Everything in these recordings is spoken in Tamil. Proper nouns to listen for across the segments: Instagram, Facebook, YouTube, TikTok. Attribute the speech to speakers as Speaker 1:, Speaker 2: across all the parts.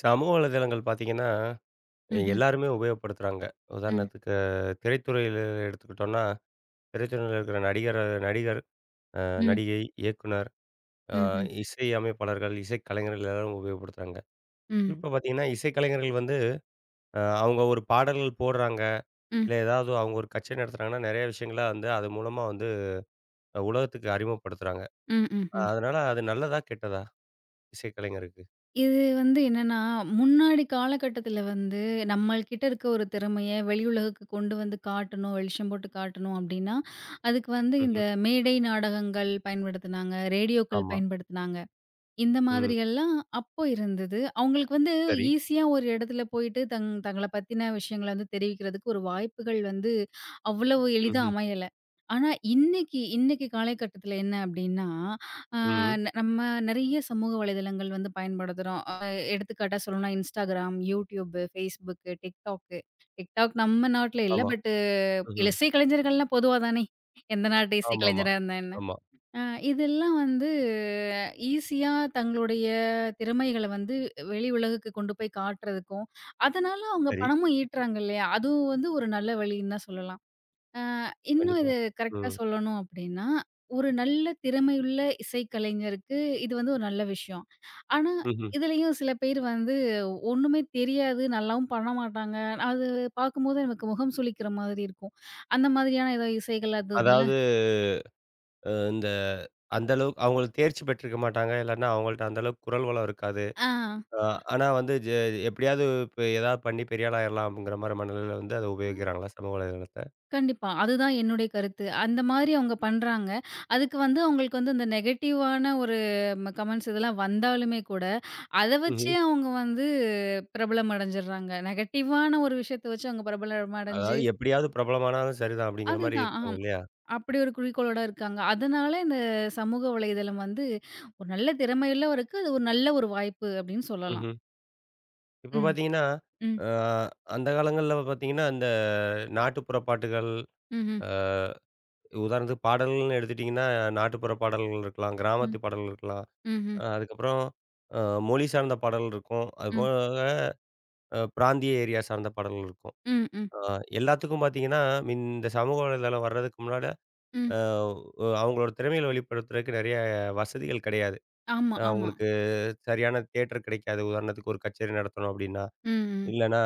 Speaker 1: சமூக வலைதளங்கள் பார்த்தீங்கன்னா,
Speaker 2: ம்ஹ்ம்.
Speaker 1: எல்லாருமே உபயோகப்படுத்துறாங்க.
Speaker 2: ம்.
Speaker 1: உதாரணத்துக்கு திரைத்துறையில எடுத்துக்கிட்டோம்னா, திரைத்துறையில இருக்கிற நடிகர் நடிகர், அ
Speaker 2: ம்.
Speaker 1: நடிகை, இயக்குனர், அ
Speaker 2: ம்ஹ்ம்.
Speaker 1: இசை அமைப்பாளர்கள், இசைக்கலைஞர்கள் எல்லாரும் உபயோகப்படுத்துறாங்க.
Speaker 2: ம்.
Speaker 1: குறிப்பா பார்த்தீங்கன்னா, இசைக்கலைஞர்கள் வந்து அவங்க ஒரு பாடல்கள் போடுறாங்க,
Speaker 2: ம்.
Speaker 1: இல்ல ஏதாவது அவங்க ஒரு கச்சேரி நடத்துறாங்கன்னா, நெறைய விஷயங்கள வந்து அது மூலமா வந்து உலகத்துக்கு அறிமுகப்படுத்துறாங்க.
Speaker 2: ம். ம்ஹ்ம்.
Speaker 1: அதனால அது நல்லதா? கெட்டதா? இசைக்கலைஞருக்கு?
Speaker 2: இது வந்து என்னன்னா, முன்னாடி காலகட்டத்தில வந்து நம்மள்கிட்ட இருக்க ஒரு திறமைய வெளியுலகுக்கு கொண்டு வந்து காட்டணும், வெளிச்சம் போட்டு காட்டணும் அப்டின்னா, அதுக்கு வந்து இந்த
Speaker 1: ம்ஹ்ம்.
Speaker 2: மேடை நாடகங்கள் பயன்படுத்துனாங்க, ரேடியோக்கள்
Speaker 1: ஆமா.
Speaker 2: பயன்படுத்துனாங்க. இந்த
Speaker 1: ம்.
Speaker 2: மாதிரி எல்லாம் அப்போ இருந்தது. அவங்களுக்கு வந்து
Speaker 1: சரி.
Speaker 2: ஈஸியா ஒரு இடத்துல போயிட்டு தங்கள பத்தின விஷயங்கள வந்து தெரிவிக்கிறதுக்கு ஒரு வாய்ப்புகள் வந்து அவ்வளவு எளிதா
Speaker 1: ம்ஹ்ம்.
Speaker 2: அமையல. ஆனா இன்னைக்கு இன்னைக்கு காலகட்டத்தில என்ன அப்டின்னா, அ
Speaker 1: ம்.
Speaker 2: ந நம்ம நெறைய சமூக வலைதளங்கள் வந்து பயன்படுத்துறோம். எடுத்துக்காட்டா சொல்லணும்னா Instagram, YouTube, Facebook, TikTok. TikTok நம்ம நாட்ல இல்ல.
Speaker 1: ஆமா. ம்ஹ்ம்.
Speaker 2: இசை கலைஞர்கள்லாம் பொதுவா தானே. எந்த நாட்டு இசை
Speaker 1: ஆமாமா.
Speaker 2: கலைஞரா இருந்தா என்ன?
Speaker 1: ஆமா.
Speaker 2: அ இதெல்லாம் வந்து ஈஸியா தங்களுடைய திறமைகள வந்து வெளி உலகுக்கு கொண்டு போய் காட்டுறதுக்கும், அதனால அவங்க
Speaker 1: சரி.
Speaker 2: பணமும் ஈட்டுறாங்க இல்லையா? அதுவும் வந்து ஒரு நல்ல வழின்னு தான் சொல்லலாம். அ இன்னும்
Speaker 1: கண்டிப்பா.
Speaker 2: இது கரெக்ட்டா
Speaker 1: ம்.
Speaker 2: சொல்லணும் அப்டின்னா, ஒரு நல்ல திறமையுள்ள இசைக்கலைஞருக்கு இது வந்து ஒரு நல்ல விஷயம். ஆனா,
Speaker 1: ம்ஹ்ம்.
Speaker 2: இதுலயும் சில பேர் வந்து ஒண்ணுமே தெரியாது, நல்லாவும் பண்ண மாட்டாங்க. அது பார்க்கும்போது நமக்கு முகம் சுளிக்கிற மாதிரி இருக்கும். அந்த மாதிரியான ஏதோ இசைகள் அது இதுல
Speaker 1: அதாவது இந்த அந்த அளவுக்கு அவங்களுக்கு தேர்ச்சி பெற்றிருக்க மாட்டாங்க. இல்லன்னா அவங்கள்ட்ட அந்த அளவுக்கு குரல் வளம் இருக்காது.
Speaker 2: ஆ.
Speaker 1: அ ஆனா வந்து எப்படியாவது இப்ப ஏதாவது பண்ணி பெரிய ஆள் ஆயிரலாம்ங்கிற மாரி மனநிலையில வந்து அத உபயோகிக்கிறாங்களா சமூக வலைதளத்த?
Speaker 2: கண்டிப்பா. அதுதான் என்னுடைய கருத்து. அந்த மாரி அவங்க பண்றாங்க. அதுக்கு வந்து அவங்களுக்கு வந்து இந்த நெகட்டிவான ஒரு கமெண்ட்ஸ் இதெல்லாம் வந்தாலுமே கூட, அத
Speaker 1: ம்ஹ்ம்.
Speaker 2: வச்சே அவங்க வந்து பிரபலம் அடைஞ்சிடுறாங்க. நெகட்டிவான ஒரு விஷயத்த வச்சு அவங்க பிரபலம்
Speaker 1: அதாவது
Speaker 2: அடைஞ்சு
Speaker 1: எப்படியாவது பிரபலமானாலும் சரிதான் அப்படிங்கிற மாரி
Speaker 2: அதுதான். ஆமா.
Speaker 1: இருக்காங்க இல்லையா?
Speaker 2: அப்படி ஒரு குறிக்கோளோட இருக்காங்க. அதனால இந்த சமூக வலைதளம் வந்து ஒரு நல்ல திறமையுள்ளவருக்கு அது ஒரு நல்ல ஒரு வாய்ப்பு அப்படின்னு சொல்லலாம்.
Speaker 1: ம்ஹ்ம். இப்ப
Speaker 2: ம்,
Speaker 1: பார்த்தீங்கன்னா,
Speaker 2: ம்,
Speaker 1: அ அந்த காலங்கள்ல பார்த்தீங்கன்னா, இந்த நாட்டுப்புற பாட்டுகள்,
Speaker 2: ம்ஹ்ம்,
Speaker 1: அ உதாரணத்துக்கு பாடல்கள்னு எடுத்துட்டீங்கன்னா, நாட்டுப்புற பாடல்கள் இருக்கலாம்,
Speaker 2: ம்,
Speaker 1: கிராமத்து பாடல்கள் இருக்கலாம்.
Speaker 2: ம்ஹ்ம்,
Speaker 1: அதுக்கப்புறம் அ மொழி சார்ந்த பாடல் இருக்கும்.
Speaker 2: ம்,
Speaker 1: அதுபோக பிராந்திய ஏரியா சார்ந்த பாடல் இருக்கும்.
Speaker 2: ம், ம், ம்.
Speaker 1: அ எல்லாத்துக்கும் பார்த்தீங்கன்னா, இந்த சமூக வலைதளம் வர்றதுக்கு முன்னால
Speaker 2: ம்
Speaker 1: அ அவங்களோட திறமைகள வெளிப்படுத்துறதுக்கு நெறைய வசதிகள் கிடையாது.
Speaker 2: ஆமா, ஆமா.
Speaker 1: அவங்களுக்கு சரியான தியேட்டர் கிடைக்காது. உதாரணத்துக்கு ஒரு கச்சேரி நடத்தணும் அப்படின்னா,
Speaker 2: ம், ம்.
Speaker 1: இல்லன்னா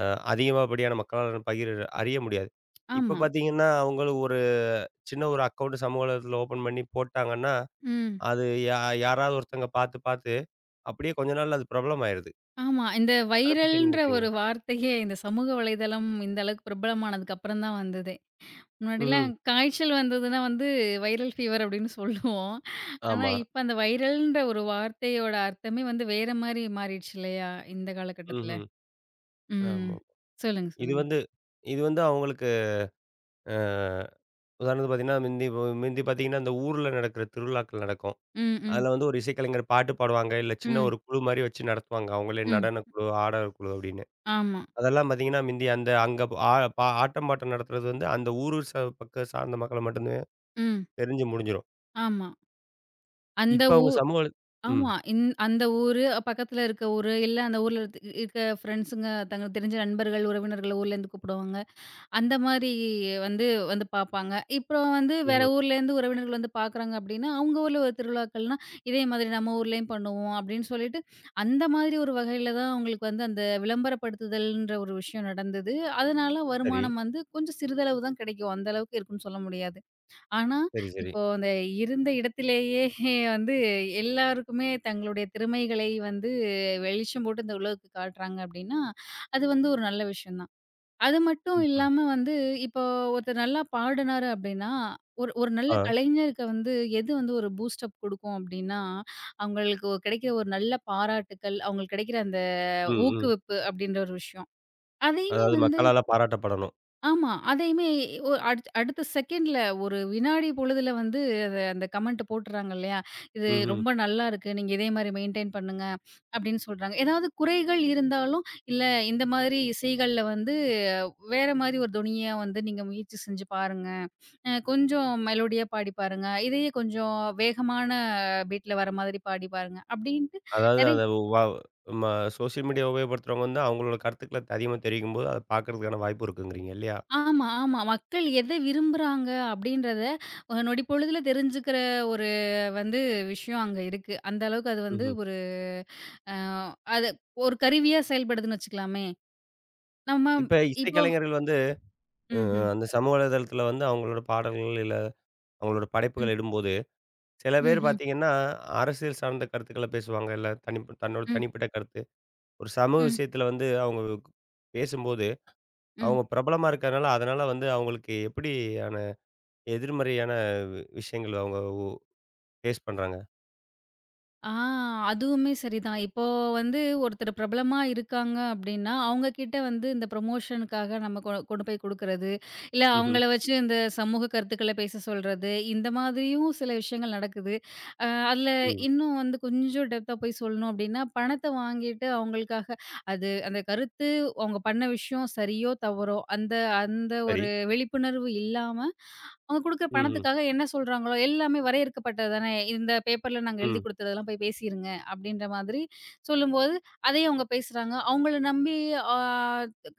Speaker 1: அ அதிகமாபடியான மக்களால் பகிர அறிய முடியாது. இப்ப
Speaker 2: ஆமா.
Speaker 1: பார்த்தீங்கன்னா, அவங்களும் ஒரு சின்ன ஒரு அக்கவுண்ட் சமூக வலைதளத்தில ஓப்பன் பண்ணி போட்டாங்கன்னா,
Speaker 2: ம்.
Speaker 1: அது யாராவது ஒருத்தங்க பார்த்து பார்த்து அப்படியே கொஞ்ச நாள்ல அது பிரபலம் ஆயிருது.
Speaker 2: ஆமா. இந்த
Speaker 1: அத பத்தி என்ன
Speaker 2: வைரல்ன்ற
Speaker 1: நினைக்கிறீங்க?
Speaker 2: ஒரு வார்த்தையே இந்த சமூக வலைதளம் இந்த அளவுக்கு பிரபலமானதுக்கு அப்புறம் தான் வந்ததே. முன்னாடிலாம்
Speaker 1: ம்ஹ்ம்.
Speaker 2: காய்ச்சல் வந்ததுன்னா வந்து வைரல் ஃபீவர் அப்படின்னு சொல்லுவோம். ஆனா
Speaker 1: ஆமா.
Speaker 2: இப்ப அந்த வைரல்ன்ற ஒரு வார்த்தையோட அர்த்தமே வந்து வேற மாரி மாறிடுச்சு இல்லையா? இந்த காலகட்டத்துல.
Speaker 1: ம்ஹ்ம்.
Speaker 2: ம்.
Speaker 1: ஆமா.
Speaker 2: சொல்லுங்க,
Speaker 1: இது
Speaker 2: சொல்லுங்க.
Speaker 1: வந்து இது வந்து அவங்களுக்கு அ உதாரணத்துக்கு பார்த்தீங்கன்னா, முந்தி முந்தி பார்த்தீங்கன்னா, இந்த ஊர்ல நடக்கிற திருவிழாக்கள் நடக்கும்.
Speaker 2: ம், ம்,
Speaker 1: அதுல வந்து ஒரு இசைக்கலைஞர் பாட்டு பாடுவாங்க. இல்ல சின்ன
Speaker 2: ம்,
Speaker 1: ஒரு குழு மாரி வச்சு நடத்துவாங்க. அவங்களே
Speaker 2: ம்.
Speaker 1: நடனக்குழு, ஆடல் குழு அப்படின்னு.
Speaker 2: ஆமா.
Speaker 1: அதெல்லாம் பார்த்தீங்கன்னா, முந்தி அந்த அங்க ஆ பா ஆட்டம் பாட்டம் நடத்துறது வந்து அந்த ஊரு ச பக்கம் சார்ந்த மக்கள மட்டுமே
Speaker 2: ம்.
Speaker 1: தெரிஞ்சு முடிஞ்சிரும்.
Speaker 2: ஆமா. அந்த
Speaker 1: இப்ப
Speaker 2: ஊ
Speaker 1: அவங்க சமூக ம்.
Speaker 2: ஆமா. அந்த ஊரு, அ, பக்கத்துல இருக்க ஊரு, இல்ல அந்த ஊர்ல இருக்க ஃப்ரெண்ட்ஸுங்க தங்களுக்கு தெரிஞ்ச நண்பர்கள், உறவினர்கள் ஊர்லேருந்து கூப்பிடுவாங்க. அந்த மாரி வந்து வந்து பார்ப்பாங்க. இப்பறம் வந்து வேற
Speaker 1: ம்ஹ்ம்.
Speaker 2: ஊர்லேருந்து உறவினர்கள் வந்து பார்க்குறாங்க அப்டின்னா, அவங்க ஊர்ல ஒரு திருவிழாக்கள்னா, இதே மாதிரி நம்ம ஊர்லயும் பண்ணுவோம் அப்டின்னு சொல்லிட்டு, அந்த மாதிரி ஒரு வகையில தான் அவங்களுக்கு வந்து அந்த விளம்பரப்படுத்துதல்ன்ற ஒரு விஷயம் நடந்தது. அதனால
Speaker 1: சரி.
Speaker 2: வருமானம் வந்து கொஞ்சம் சிறிதளவு தான் கிடைக்கும். அந்த அளவுக்கு இருக்குன்னு சொல்ல முடியாது. ஆனா,
Speaker 1: சரி, சரி.
Speaker 2: இப்போ அந்த இருந்த இடத்திலேயே வந்து எல்லாருக்குமே தங்களுடைய திறமைகளை வந்து வெளிச்சம் போட்டு இந்த உலகுக்கு காட்டுறாங்க அப்டின்னா, அது வந்து ஒரு நல்ல விஷயம் தான். அது மட்டும்
Speaker 1: ம்ஹ்ம்.
Speaker 2: இல்லாம வந்து, இப்போ ஒருத்தர் நல்லா பாடுனாரு அப்படின்னா, ஒரு ஒரு நல்ல
Speaker 1: ஆ.
Speaker 2: கலைஞருக்கு வந்து எது வந்து ஒரு பூஸ்ட் அப் குடுக்கும் அப்படின்னா, அவங்களுக்கு ஒரு கிடைக்கிற ஒரு நல்ல பாராட்டுக்கள், அவங்களுக்கு கிடைக்கிற அந்த
Speaker 1: ம், ம்.
Speaker 2: ஊக்குவிப்பு அப்படின்ற ஒரு விஷயம். அதையுமே
Speaker 1: அதாவது
Speaker 2: வந்து
Speaker 1: மக்களால பாராட்டப்படணும்.
Speaker 2: ஆமா. அதையுமே ஒ அடுத் அடுத்த செகண்ட்ல ஒரு வினாடி பொழுதுல வந்து அத அந்த கமெண்ட் போட்டுறாங்க இல்லையா? "இது
Speaker 1: ம்ஹ்ம்.
Speaker 2: ரொம்ப நல்லா இருக்கு. நீங்க இதே மாரி மெயின்டெயின் பண்ணுங்க" அப்படின்னு சொல்றாங்க. ஏதாவது குறைகள் இருந்தாலும், "இல்ல இந்த மாதிரி இசைகள்ல வந்து வேற மாரி ஒரு தொனிய வந்து நீங்க முயற்சி செஞ்சு பாருங்க. கொஞ்சம் மெலோடியா பாடி பாருங்க. இதையே கொஞ்சம் வேகமான பீட்ல வர மாதிரி பாடி பாருங்க. அப்டின்ட்டு
Speaker 1: அதாவது
Speaker 2: நெறை
Speaker 1: அத வ ம சோசியல் மீடியா உபயோகப்படுத்துறவங்க வந்து அவங்களோட கருத்துக்கள அதிகமா தெரிவிக்கும்போது, அத பார்க்கறதுக்கான வாய்ப்பு இருக்குங்கிறீங்க இல்லையா?
Speaker 2: ஆமா, ஆமா. மக்கள் எத விரும்புறாங்க அப்டின்றத ஒரு நொடி பொழுதுல தெரிஞ்சுக்கிற ஒரு வந்து விஷயம் அங்க இருக்கு. அந்த அளவுக்கு அது வந்து
Speaker 1: ம்ஹ்ம்.
Speaker 2: ஒரு அ அது ஒரு கருவியா செயல்படுதுன்னு வச்சுக்கலாமே. நம்ம
Speaker 1: இப்ப
Speaker 2: இப்போ
Speaker 1: இசைக்கலைஞர்கள் வந்து அ
Speaker 2: ம்ஹ்ம்.
Speaker 1: அந்த சமூக வலைதளத்தில வந்து அவங்களோட பாடல்கள், இல்ல அவங்களோட
Speaker 2: ம்.
Speaker 1: படைப்புகள் இடும்போது, சில பேர்
Speaker 2: ம்ஹ்ம்.
Speaker 1: பார்த்தீங்கன்னா, அரசியல் சார்ந்த கருத்துக்கள பேசுவாங்க. இல்ல தன்னோட
Speaker 2: ம்.
Speaker 1: தனிப்பட்ட கருத்து. ஒரு சமூக
Speaker 2: ம். ம். ம்.
Speaker 1: விஷயத்தில வந்து அவங்க பேசும்போது,
Speaker 2: ம்
Speaker 1: அவங்க பிரபலமா இருக்கிறனால, அதனால வந்து அவங்களுக்கு எப்படியான எதிர்மறையான விஷயங்கள் அவங்க ஒ ஃபேஸ் பண்றாங்க?
Speaker 2: ஆ அதுவுமே சரிதான். இப்போ வந்து ஒருத்தர் பிரபலமா இருக்காங்க அப்டின்னா, அவங்க கிட்ட வந்து இந்த ப்ரமோஷனுக்காக நம்ம கொண்டு போய் குடுக்குறது, இல்ல
Speaker 1: ம்ஹ்ம்.
Speaker 2: அவங்கள வச்சு இந்த சமூக கருத்துக்கள பேச சொல்றது, இந்த மாதிரியும் சில விஷயங்கள் நடக்குது. அ அதுல
Speaker 1: ம்.
Speaker 2: இன்னும் வந்து கொஞ்சம் டெப்த்தா போய் சொல்லணும் அப்டின்னா, பணத்த வாங்கிட்டு அவங்களுக்காக அது அந்த கருத்து அவங்க பண்ண விஷயம் சரியோ, தவறோ அந்த அந்த
Speaker 1: சரி.
Speaker 2: ஒரு விழிப்புணர்வு இல்லாம அவங்க குடுக்குற
Speaker 1: ம், ம்,
Speaker 2: பணத்துக்காக என்ன சொல்றாங்களோ, எல்லாமே வரையறுக்கப்பட்டது தானே. இந்த பேப்பர்ல நாங்க எழுதி
Speaker 1: ம்.
Speaker 2: குடுத்ததெல்லாம் போய் பேசிருங்க அப்படின்ற மாதிரி சொல்லும்போது, அதையும் அவங்க பேசுறாங்க. அவங்கள நம்பி ஆ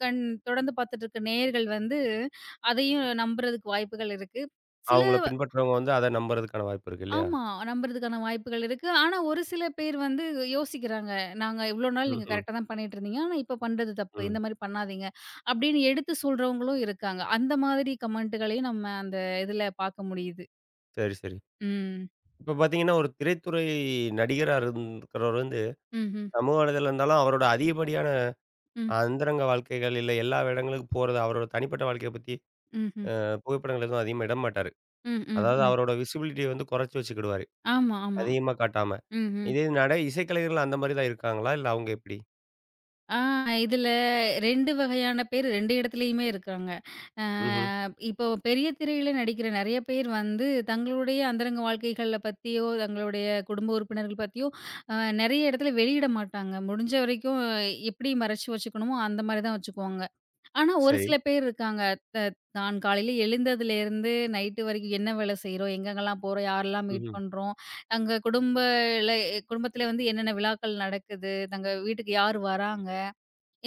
Speaker 2: கண் தொடர்ந்து பார்த்துட்டு இருக்க நேயர்கள் வந்து, அதையும் நம்புறதுக்கு வாய்ப்புகள் இருக்கு. சில
Speaker 1: அவங்கள பின்பற்றவங்க வந்து அத நம்புறதுக்கான வாய்ப்பு இருக்கு இல்லையா?
Speaker 2: ஆமா நம்புறதுக்கான வாய்ப்புகள் இருக்கு. ஆனா ஒரு சில பேர் வந்து யோசிக்கிறாங்க. நாங்க இவ்ளோ நாள்
Speaker 1: ம்,
Speaker 2: நீங்க
Speaker 1: ம்,
Speaker 2: கரெக்ட்டா தான் பண்ணிட்டுருந்தீங்க. ஆனா இப்ப பண்றது தப்பு.
Speaker 1: ம்.
Speaker 2: இந்த மாரி பண்ணாதீங்க. அப்படின்னு எடுத்து சொல்றவங்களும் இருக்காங்க. அந்த மாதிரி கமெண்ட்டுகளையும் நம்ம அந்த இதுல பார்க்க முடியுது.
Speaker 1: சரி, சரி.
Speaker 2: ம்.
Speaker 1: இப்ப பார்த்தீங்கன்னா, ஒரு திரைத்துறை நடிகரா இருக்கிறவர் வந்து
Speaker 2: ம்ஹ்ம்.
Speaker 1: சமூக வலைதளம் இருந்தாலும், அவரோட அதிகப்படியான
Speaker 2: ம்.
Speaker 1: அந்தரங்க வாழ்க்கைகள், இல்ல எல்லா இடங்களுக்கும் போறது, அவரோட தனிப்பட்ட வாழ்க்கைய பத்தி
Speaker 2: ம்ஹ்ம்.
Speaker 1: புகைப்படங்கள் எதுவும் அதிகமா இட மாட்டாரு.
Speaker 2: ம், ம்,
Speaker 1: அதாவது
Speaker 2: ம்.
Speaker 1: அவரோட விசிபிலிட்டிய வந்து குறைச்சு வச்சுக்கிடுவாரு.
Speaker 2: ஆமா, ஆமா.
Speaker 1: அதிகமா காட்டாம.
Speaker 2: ம்ஹ்ம்.
Speaker 1: இதே நடை இசைக்கலைஞர்கள் அந்த மாரி தான் இருக்காங்களா? இல்ல அவங்க எப்படி?
Speaker 2: ஆ இதுல 2 வகையான பேர் 2 இடத்துலயுமே இருக்காங்க. அ
Speaker 1: ம்ஹ்ம்.
Speaker 2: இப்போ பெரிய திரையில நடிக்கிற நெறைய பேர் வந்து தங்களுடைய அந்தரங்க வாழ்க்கைகள்ல பத்தியோ, தங்களுடைய குடும்ப உறுப்பினர்கள் பத்தியோ அ நெறைய இடத்துல வெளியிட மாட்டாங்க. முடிஞ்ச வரைக்கும் எப்படி மறைச்சு வச்சுக்கணுமோ அந்த மாரி தான் வச்சுக்குவாங்க. ஆனா, ஒரு
Speaker 1: சரி.
Speaker 2: சில பேர் இருக்காங்க. த தான் காலையில எழுந்ததுலேருந்து நைட்டு வரைக்கும் என்ன வேலை செய்றோம்? எங்கெங்கலாம் போறோம்? யாரெல்லாம் மீட்
Speaker 1: ம்ஹ்ம்.
Speaker 2: பண்றோம்? அங்க குடும்பல குடும்பத்தில வந்து என்னென்ன விழாக்கள் நடக்குது? தங்க வீட்டுக்கு யார் வராங்க?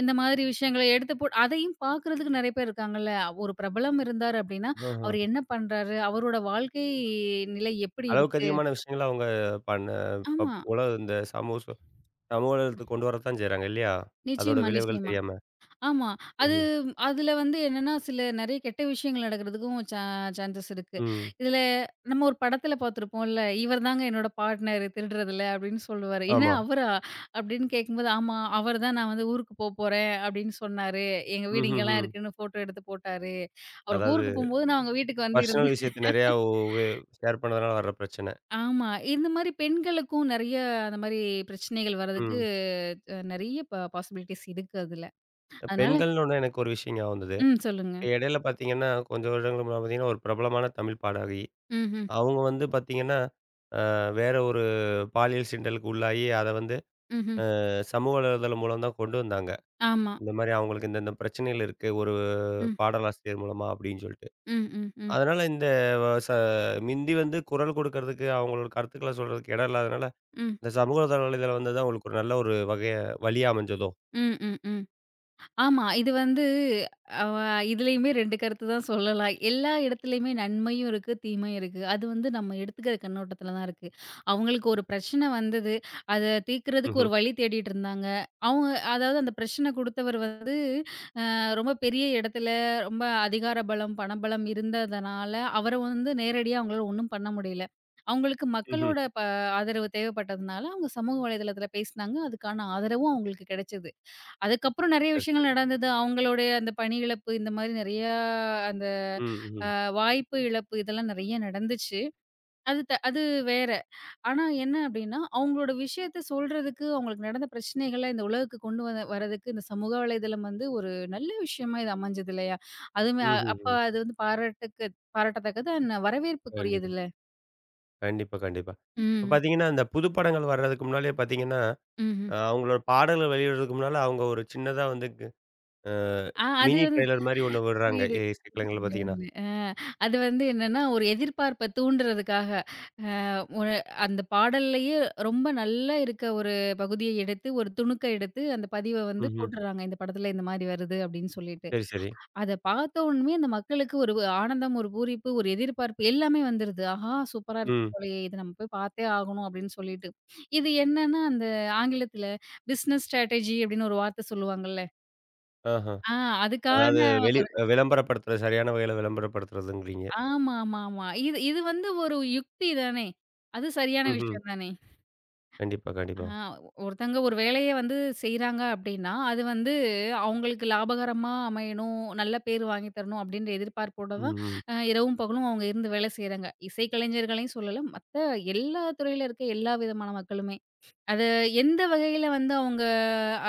Speaker 2: இந்த மாதிரி விஷயங்கள எடுத்து போட் அதையும் பார்க்குறதுக்கு நெறைய பேர் இருக்காங்கல்ல. ஒரு பிரபலம் இருந்தார் அப்டின்னா,
Speaker 1: ஆஹ.
Speaker 2: அவர் என்ன பண்றாரு? அவரோட வாழ்க்கை நிலை எப்படி
Speaker 1: அளவுக்கு
Speaker 2: இருக்கு?
Speaker 1: அதிகமான விஷயங்கள அவங்க பண்ண
Speaker 2: ஆமா.
Speaker 1: உலக இந்த சமூக சமூக நலத்துக்கு கொண்டு வரத்தான் செய்றாங்க இல்லையா? அதோட
Speaker 2: நிச்சயமா,
Speaker 1: விளைவுகள்
Speaker 2: நிச்சயமா.
Speaker 1: தெரியாம.
Speaker 2: ஆமா. அது
Speaker 1: ம்ஹ்ம்.
Speaker 2: அதுல வந்து என்னன்னா, சில நெறைய கெட்ட விஷயங்கள் நடக்கிறதுக்கும் சான்சஸ் இருக்கு.
Speaker 1: ம்.
Speaker 2: இதுல நம்ம ஒரு படத்துல பார்த்துருப்போம்ல, "இவர் தாங்க என்னோட பார்ட்னர் திருடுறதுல" அப்படின்னு சொல்லுவாரு. "என்ன
Speaker 1: ஆமா.
Speaker 2: அவரா?" அப்படின்னு கேட்கும்போது, "ஆமா, அவர் தான் நான் வந்து ஊருக்கு போறேன் அப்படின்னு சொன்னாரு. எங்க வீடு இங்கலாம்
Speaker 1: ம்ஹ்ஹ்ம்.
Speaker 2: இருக்குன்னு ஃபோட்டோ எடுத்து போட்டாரு. அவர்
Speaker 1: அதாவது
Speaker 2: ஊருக்கு போம்போது நான் அவங்க வீட்டுக்கு வந்து
Speaker 1: பர்சனல்
Speaker 2: இருந்தேன்."
Speaker 1: விஷயத்த நிறையா உ வே ஷேர் பண்ணதுனால வர்ற பிரச்சனை.
Speaker 2: ஆமா. இந்த மாரி பெண்களுக்கும் நெறைய அந்த மாரி பிரச்சனைகள் வர்றதுக்கு
Speaker 1: ம்.
Speaker 2: அ நெறைய பா பாசிபிலிட்டீஸ் இருக்கு அதுல. அதனால
Speaker 1: பெண்கள்னோனே எனக்கு ஒரு விஷயம் ஞாபகம் வந்தது.
Speaker 2: ம். சொல்லுங்க.
Speaker 1: இடையில பார்த்தீங்கன்னா, கொஞ்சம் வருடங்களுக்கு முன்னால பார்த்தீங்கன்னா, ஒரு பிரபலமான தமிழ் பாடகி.
Speaker 2: ம்ஹ்ம்.
Speaker 1: அவங்க வந்து பார்த்தீங்கன்னா, அ வேற ஒரு பாலியல் சீண்டலுக்கு உள்ளாகி அத வந்து
Speaker 2: ம்ஹ்ம்.
Speaker 1: சமூக வலைதளம் மூலம் தான் கொண்டு வந்தாங்க.
Speaker 2: ஆமா.
Speaker 1: இந்த மாரி அவங்களுக்கு இந்த இந்த பிரச்சனைகள் இருக்கு. ஒரு
Speaker 2: ம். ஆமா
Speaker 1: பாடலாசிரியர் மூலமா அப்படின்னு சொல்லிட்டு.
Speaker 2: ம், ம், ம்,
Speaker 1: அதனால இந்த வ ச மிந்தி வந்து குரல் குடுக்கறதுக்கு, அவங்களோட கருத்துக்கள சொல்றதுக்கு இடம் இல்லாதனால,
Speaker 2: ம்,
Speaker 1: இந்த சமூக வலைதளம் வந்தது தான் உங்களுக்கு ஒரு நல்ல ஒரு வகைய வழியா அமைஞ்சதோ?
Speaker 2: ம், ம், ம், ஆமா. இது வந்து அவ இதுலயுமே 2 கருத்து தான் சொல்லலாம். எல்லா இடத்துலயுமே நன்மையும் இருக்கு, தீமையும் இருக்கு. அது வந்து நம்ம எடுத்துக்கிற கண்ணோட்டத்துல தான் இருக்கு. அவங்களுக்கு ஒரு பிரச்சனை வந்தது. அத தீர்க்கிறதுக்கு
Speaker 1: ம்ஹ்ம்.
Speaker 2: ஒரு வழி தேடிட்டு இருந்தாங்க. அவங்க அதாவது அந்த பிரச்சனை குடுத்தவர் வந்து அ ரொம்ப பெரிய இடத்துல ரொம்ப அதிகார பலம், பணபலம் இருந்ததுனால, அவர வந்து நேரடியா அவங்களால ஒண்ணும் பண்ண முடியல. அவங்களுக்கு
Speaker 1: ம்ஹ்ம்.
Speaker 2: மக்களோட ஆதரவு தேவைப்பட்டதுனால, அவங்க சமூக வலைதளத்துல பேசினாங்க. அதுக்கான ஆதரவும் அவங்களுக்கு கிடைச்சது. அதுக்கப்புறம் நெறைய
Speaker 1: சரி, சரி.
Speaker 2: விஷயங்கள் நடந்தது. அவங்களுடைய அந்த பணி இழப்பு, இந்த மாரி நெறையா அந்த
Speaker 1: ம், ம்.
Speaker 2: வாய்ப்பு இழப்பு இதெல்லாம் நெறைய நடந்துச்சு. அது வேற. ஆனா என்ன அப்டின்னா, அவங்களோட விஷயத்த சொல்றதுக்கு, அவங்களுக்கு நடந்த பிரச்சனைகள இந்த உலகுக்கு கொண்டு வரதுக்கு இந்த சமூக வலைதளம் வந்து ஒரு நல்ல விஷயமா இது அமைஞ்சது இல்லையா? அதுவுமே அ
Speaker 1: ம்ஹ்ம்,
Speaker 2: அப்ப
Speaker 1: ம்.
Speaker 2: அது வந்து பாராட்டுக்கு பாராட்டத்தக்கது அண்ட் வரவேற்புக்குரியது
Speaker 1: கண்டிப்பா.
Speaker 2: இல்ல?
Speaker 1: கண்டிப்பா, கண்டிப்பா. இப்ப
Speaker 2: ம்.
Speaker 1: பார்த்தீங்கன்னா, இந்த புது படங்கள் வர்றதுக்கு முன்னாலயே பார்த்தீங்கன்னா,
Speaker 2: ம்ஹ்ம்.
Speaker 1: அவங்களோட பாடல்கள் வெளியிடுறதுக்கு முன்னால, அவங்க ஒரு சின்னதா வந்து கு அ
Speaker 2: ஆ அது
Speaker 1: மினி
Speaker 2: வந்து
Speaker 1: ட்ரெய்லர் மாரி ஒண்ணு விடுறாங்க.
Speaker 2: புரியுது.
Speaker 1: இசைக்கலைஞர்கள் பார்த்தீங்கன்னா.
Speaker 2: புரியுது. அது வந்து என்னன்னா, ஒரு எதிர்பார்ப்ப தூண்டுறதுக்காக, அ ஒரு அந்த பாடல்லயே ரொம்ப நல்லா இருக்க ஒரு பகுதிய எடுத்து, ஒரு துணுக்க எடுத்து, அந்த பதிவ வந்து
Speaker 1: ம்ஹ்ம்.
Speaker 2: போட்டுர்றாங்க. இந்த படத்துல இந்த மாரி வருது அப்படின்னு சொல்லிட்டு.
Speaker 1: சரி, சரி.
Speaker 2: அத பார்த்த உடனே அந்த மக்களுக்கு ஒரு ஆனந்தம், ஒரு பூரிப்பு, ஒரு எதிர்பார்ப்பு எல்லாமே வந்துருது. ஆஹா! சூப்பரா இருக்கும்
Speaker 1: ம்.
Speaker 2: போலயே! இத நம்ம போய் பார்த்தே ஆகணும் அப்படின்னு சொல்லிட்டு. இது என்னன்னா, அந்த ஆங்கிலத்துல பிசினஸ் ஸ்ட்ராட்டஜி அப்படின்னு ஒரு வார்த்த சொல்லுவாங்கல்ல.
Speaker 1: ஆஹ.
Speaker 2: ஆ அதுக்கான
Speaker 1: அதாவது வெளி விளம்பரப்படுத்துறது சரியான வகையில விளம்பரப்படுத்துறதுங்கிறீங்க.
Speaker 2: ஆமா, ஆமா, ஆமா. இது இது வந்து ஒரு யுக்தி தானே! அது சரியான
Speaker 1: ம்ஹ்ம்.
Speaker 2: விஷயம் தானே!
Speaker 1: கண்டிப்பா,
Speaker 2: ஆ
Speaker 1: கண்டிப்பா.
Speaker 2: ஒருத்தங்க ஒரு வேலைய வந்து செய்றாங்க அப்டின்னா, அது வந்து அவங்களுக்கு லாபகரமா அமையணும், நல்ல பேர் வாங்கி தரணும் அப்டின்ற எதிர்பார்ப்போட
Speaker 1: ம்,
Speaker 2: தான்
Speaker 1: ம்.
Speaker 2: இரவும் பகலும் அவங்க இருந்து வேலை செய்றாங்க. இசைக்கலைஞர்களையும் சொல்லல, மத்த எல்லா துறையில இருக்க எல்லா விதமான மக்களுமே. அது எந்த வகையில வந்து அவங்க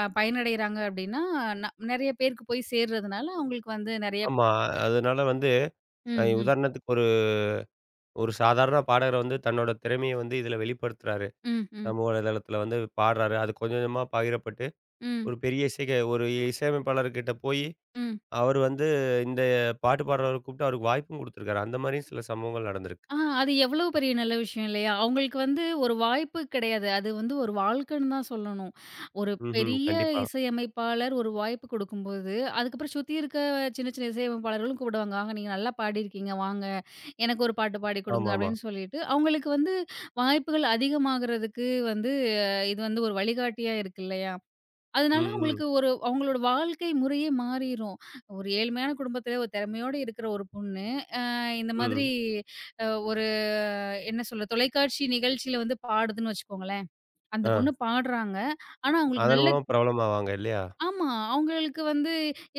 Speaker 2: பயனடைறாங்க அப்டின்னா, ந நெறைய பேருக்கு போய் சேர்றதுனால அவங்களுக்கு வந்து நெறைய
Speaker 1: ஆமா. அதனால வந்து
Speaker 2: ம், ம்,
Speaker 1: உதாரணத்துக்கு ஒரு ஒரு சாதாரண பாடகர் வந்து தன்னோட திறமைய வந்து இதுல வெளிப்படுத்துறாரு.
Speaker 2: ம், ம்,
Speaker 1: சமூக வலைதளத்துல வந்து பாடுறாரு. அது கொஞ்சம் கொஞ்சமா பகிரப்பட்டு,
Speaker 2: ம்,
Speaker 1: ஒரு பெரிய ஒரு இசையமைப்பாளர்கிட்ட போயி,
Speaker 2: ம்.
Speaker 1: அவரு வந்து இந்த பாட்டு பாடுறவர கூப்பிட்டு அவருக்கு வாய்ப்பும் குடுத்துருக்காரு. அந்த மாரியும் சில சம்பவங்கள் நடந்திருக்கு.
Speaker 2: அது எவ்வளோ பெரிய நல்ல விஷயம் இல்லையா? அவங்களுக்கு வந்து ஒரு வாய்ப்பு கிடையாது. அது வந்து ஒரு வாழ்க்கைன்னு தான் சொல்லணும். ஒரு
Speaker 1: ம்ஹ்ம்.
Speaker 2: பெரிய
Speaker 1: கண்டிப்பா.
Speaker 2: இசையமைப்பாளர் ஒரு வாய்ப்பு கொடுக்கும்போது, அதுக்கப்புறம் சுத்தி இருக்க சின்ன, சின்ன இசையமைப்பாளர்களும் கூப்பிடுவாங்க. "ஆங்க நீங்க நல்லா பாடியிருக்கீங்க. வாங்க எனக்கு ஒரு பாட்டு பாடிக் கொடுங்க."
Speaker 1: ஆமாமா.
Speaker 2: அப்படின்னு சொல்லிட்டு, அவங்களுக்கு வந்து வாய்ப்புகள் அதிகமாகறதுக்கு வந்து இது வந்து ஒரு வழிகாட்டியா இருக்கு இல்லையா? அதனால
Speaker 1: ம், ம்,
Speaker 2: அவங்களுக்கு ஒரு அவங்களோட வாழ்க்கை முறையே மாறிரும். ஒரு ஏழ்மையான குடும்பத்தில ஒரு திறமையோட இருக்கிற ஒரு பொண்ணு, அ இந்த மாதிரி
Speaker 1: ம்.
Speaker 2: அ ஒரு என்ன சொல்ல? தொலைக்காட்சி நிகழ்ச்சியில வந்து பாடுதுன்னு வச்சுக்கோங்களேன். அந்த
Speaker 1: ஆ.
Speaker 2: பொண்ணு பாடுறாங்க. ஆனா அவங்களுக்கு
Speaker 1: அதன்
Speaker 2: நல்ல
Speaker 1: மூலமா பிரபலமாவாங்க இல்லையா?
Speaker 2: ஆமா. அவங்களுக்கு வந்து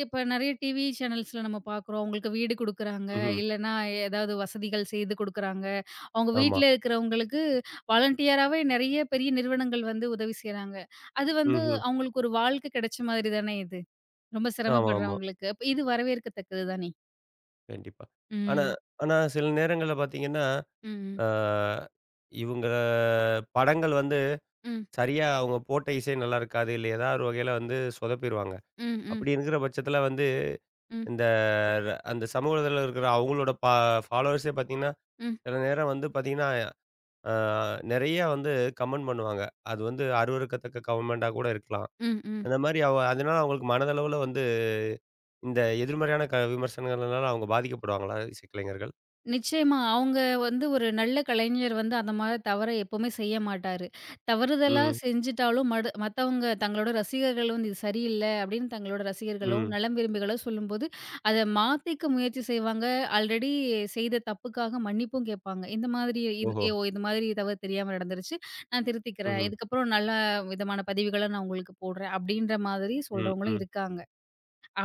Speaker 2: இப்ப நெறைய டிவி சேனல்ஸ்ல நம்ம பார்க்குறோம். அவங்களுக்கு வீடு குடுக்குறாங்க.
Speaker 1: ம்ஹ்ம்.
Speaker 2: இல்லன்னா ஏதாவது வசதிகள் செய்து குடுக்குறாங்க. அவங்க
Speaker 1: ஆமா.
Speaker 2: வீட்ல இருக்கிறவங்களுக்கு வாலண்டியராவே நெறைய பெரிய நிறுவனங்கள் வந்து உதவி செய்றாங்க. அது வந்து
Speaker 1: ம்ஹ்ம்.
Speaker 2: அவங்களுக்கு ஒரு வாழ்க்கை கிடைச்ச மாதிரி தானே இது. ரொம்ப
Speaker 1: ஆமாமா.
Speaker 2: சிரமப்படுறவங்களுக்கு. அப்ப இது வரவேற்கத்தக்கது தானே!
Speaker 1: கண்டிப்பா. ஆனா
Speaker 2: ம்.
Speaker 1: ஆனா சில நேரங்கள்ல பார்த்தீங்கன்னா
Speaker 2: ம்.
Speaker 1: ஆ இவுங்க படங்கள் வந்து
Speaker 2: ம்.
Speaker 1: சரியா அவுங்க போட்ட இசை நல்லா இருக்காது. இல்ல ஏதாவது ஒரு வகையில வந்து சொதப்பிருவாங்க.
Speaker 2: ம். ம். ம்.
Speaker 1: அப்படி இருக்கிற பட்சத்தில வந்து
Speaker 2: ம்.
Speaker 1: இந்த அந்த சமூக வலைதளத்தில இருக்கிற அவுங்களோட ஃபாலோவர்ஸே பார்த்தீங்கன்னா,
Speaker 2: ம்.
Speaker 1: சில நேரம் வந்து பார்த்தீங்கன்னா, ஆ நெறைய வந்து கமெண்ட் பண்ணுவாங்க. அது வந்து அருவருக்கத்தக்க கமெண்ட்டா கூட இருக்கலாம்.
Speaker 2: ம். ம்.
Speaker 1: அந்த மாரி அதனால அவுங்களுக்கு மனதளவுல வந்து இந்த எதிர்மறையான விமர்சனங்கள்னால அவுங்க பாதிக்கப்படுவாங்களா இசைக்கலைஞர்கள்?
Speaker 2: நிச்சயமா. அவங்க வந்து ஒரு நல்ல கலைஞர் வந்து அந்த மாரி தவற எப்பவுமே செய்ய மாட்டாரு. தவறுதலா
Speaker 1: ம்,
Speaker 2: செஞ்சுட்டாலும் மத்தவங்க தங்களோட ரசிகர்கள் வந்து இது சரியில்ல அப்படின்னு தங்களோட ரசிகர்களோ,
Speaker 1: ம்.
Speaker 2: நலம் விரும்பிகளோ சொல்லும்போது, அத மாத்திக்க முயற்சி செய்வாங்க. ஆல்ரெடி செய்த தப்புக்காக மன்னிப்பும் கேட்பாங்க. இந்த மாதிரி இந்
Speaker 1: ஓஹோ!
Speaker 2: ஏ, ஓ இந்த மாதிரி தவறு தெரியாம நடந்துருச்சு. நான் திருத்திக்கிறேன்.
Speaker 1: ம்ஹ்ம்.
Speaker 2: இதுக்கப்புறம் நல்ல விதமான பதிவுகள நான் உங்களுக்கு போடுறேன். அப்படின்ற மாதிரி
Speaker 1: ம்,
Speaker 2: சொல்றவங்களும்
Speaker 1: ம்.
Speaker 2: இருக்காங்க.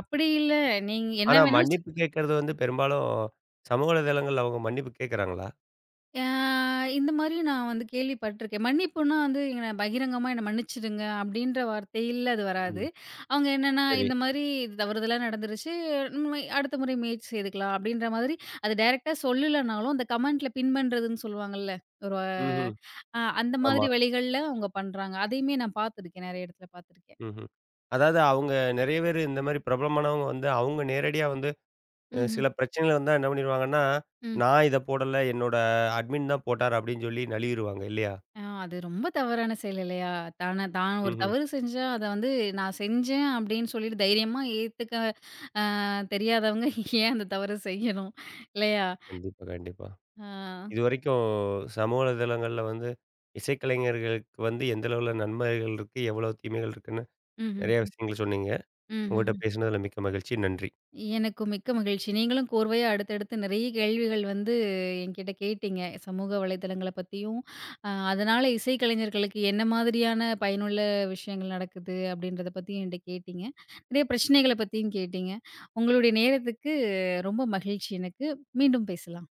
Speaker 2: அப்படி இல்ல நீங்க என்ன
Speaker 1: ஆனா
Speaker 2: வேணாலும்
Speaker 1: மன்னிப்பு கேட்கறது வந்து பெரும்பாலும் சமூக வலைதளங்கள்ல அவங்க மன்னிப்பு கேட்கறாங்களா?
Speaker 2: ஆ இந்த மாரி நான் வந்து கேள்விப்பட்டுருக்கேன். மன்னிப்புன்னா வந்து என்ன பகிரங்கமா என்ன மன்னிச்சுடுங்க அப்படின்ற வார்த்தையில அது வராது.
Speaker 1: ம்.
Speaker 2: அவங்க என்னன்னா,
Speaker 1: சரி.
Speaker 2: இந்த மாரி தவறுதலா நடந்துருச்சு. நம்ம அடுத்த முறை முயற்சி செய்துக்கலாம் அப்படின்ற மாதிரி அது டைரக்ட்டா சொல்லலனாலும், அந்த கமெண்ட்ல பின் பண்றதுன்னு சொல்லுவாங்கல்ல. ஒரு
Speaker 1: ம்ஹ்ம்.
Speaker 2: அ அந்த
Speaker 1: ஆமா.
Speaker 2: மாதிரி வழிகள்ல அவங்க பண்றாங்க. அதையுமே நான் பார்த்துருக்கேன். நெறைய இடத்துல பார்த்துருக்கேன்.
Speaker 1: ம்ஹ்ம். அதாவது அவங்க நெறைய பேரு இந்த மாரி பிரபலமானவங்க வந்து அவங்க நேரடியா வந்து
Speaker 2: ம்ஹ்ம்.
Speaker 1: சில பிரச்சனைகள் வந்தா என்ன பண்ணிருவாங்கன்னா,
Speaker 2: ம்.
Speaker 1: "நான் இத போடல. என்னோட அட்மின் தான் போட்டார்" அப்படின்னு சொல்லி நழுவிருவாங்க இல்லையா?
Speaker 2: அது ரொம்ப தவறான செயல் இல்லையா? தான் ஒரு
Speaker 1: ம்ஹ்ம்.
Speaker 2: தவறு செஞ்சா, அத வந்து நான் செஞ்சேன் அப்படின்னு சொல்லிட்டு தைரியமா ஏத்துக்க தெரியாதவங்க ஏன் அந்த தவற செய்யணும்? இல்லையா?
Speaker 1: கண்டிப்பா, கண்டிப்பா.
Speaker 2: ஆ.
Speaker 1: இதுவரைக்கும் சமூக வலைதளங்கள்ல வந்து இசைக்கலைஞர்களுக்கு வந்து எந்த அளவுல நன்மைகள் இருக்கு? எவ்வளவு தீமைகள் இருக்குன்னு
Speaker 2: ம்ஹ்ம்.
Speaker 1: நெறைய விஷயங்கள் சொன்னீங்க.
Speaker 2: ம்ஹ்ம்.
Speaker 1: உங்ககிட்ட பேசினதுல மிக்க மகிழ்ச்சி. நன்றி.
Speaker 2: எனக்கும் மிக்க மகிழ்ச்சி. நீங்களும் கோர்வையா அடுத்தடுத்து நெறைய கேள்விகள் வந்து என்கிட்ட கேட்டீங்க. சமூக வலைதளங்கள பத்தியும், அதனால இசைக்கலைஞர்களுக்கு என்ன மாதிரியான பயனுள்ள விஷயங்கள் நடக்குது அப்படின்றத பத்தியும் என்ட்ட கேட்டீங்க. நெறைய பிரச்சனைகள பத்தியும் கேட்டீங்க. உங்களுடைய நேரத்துக்கு ரொம்ப மகிழ்ச்சி எனக்கு. மீண்டும் பேசலாம்.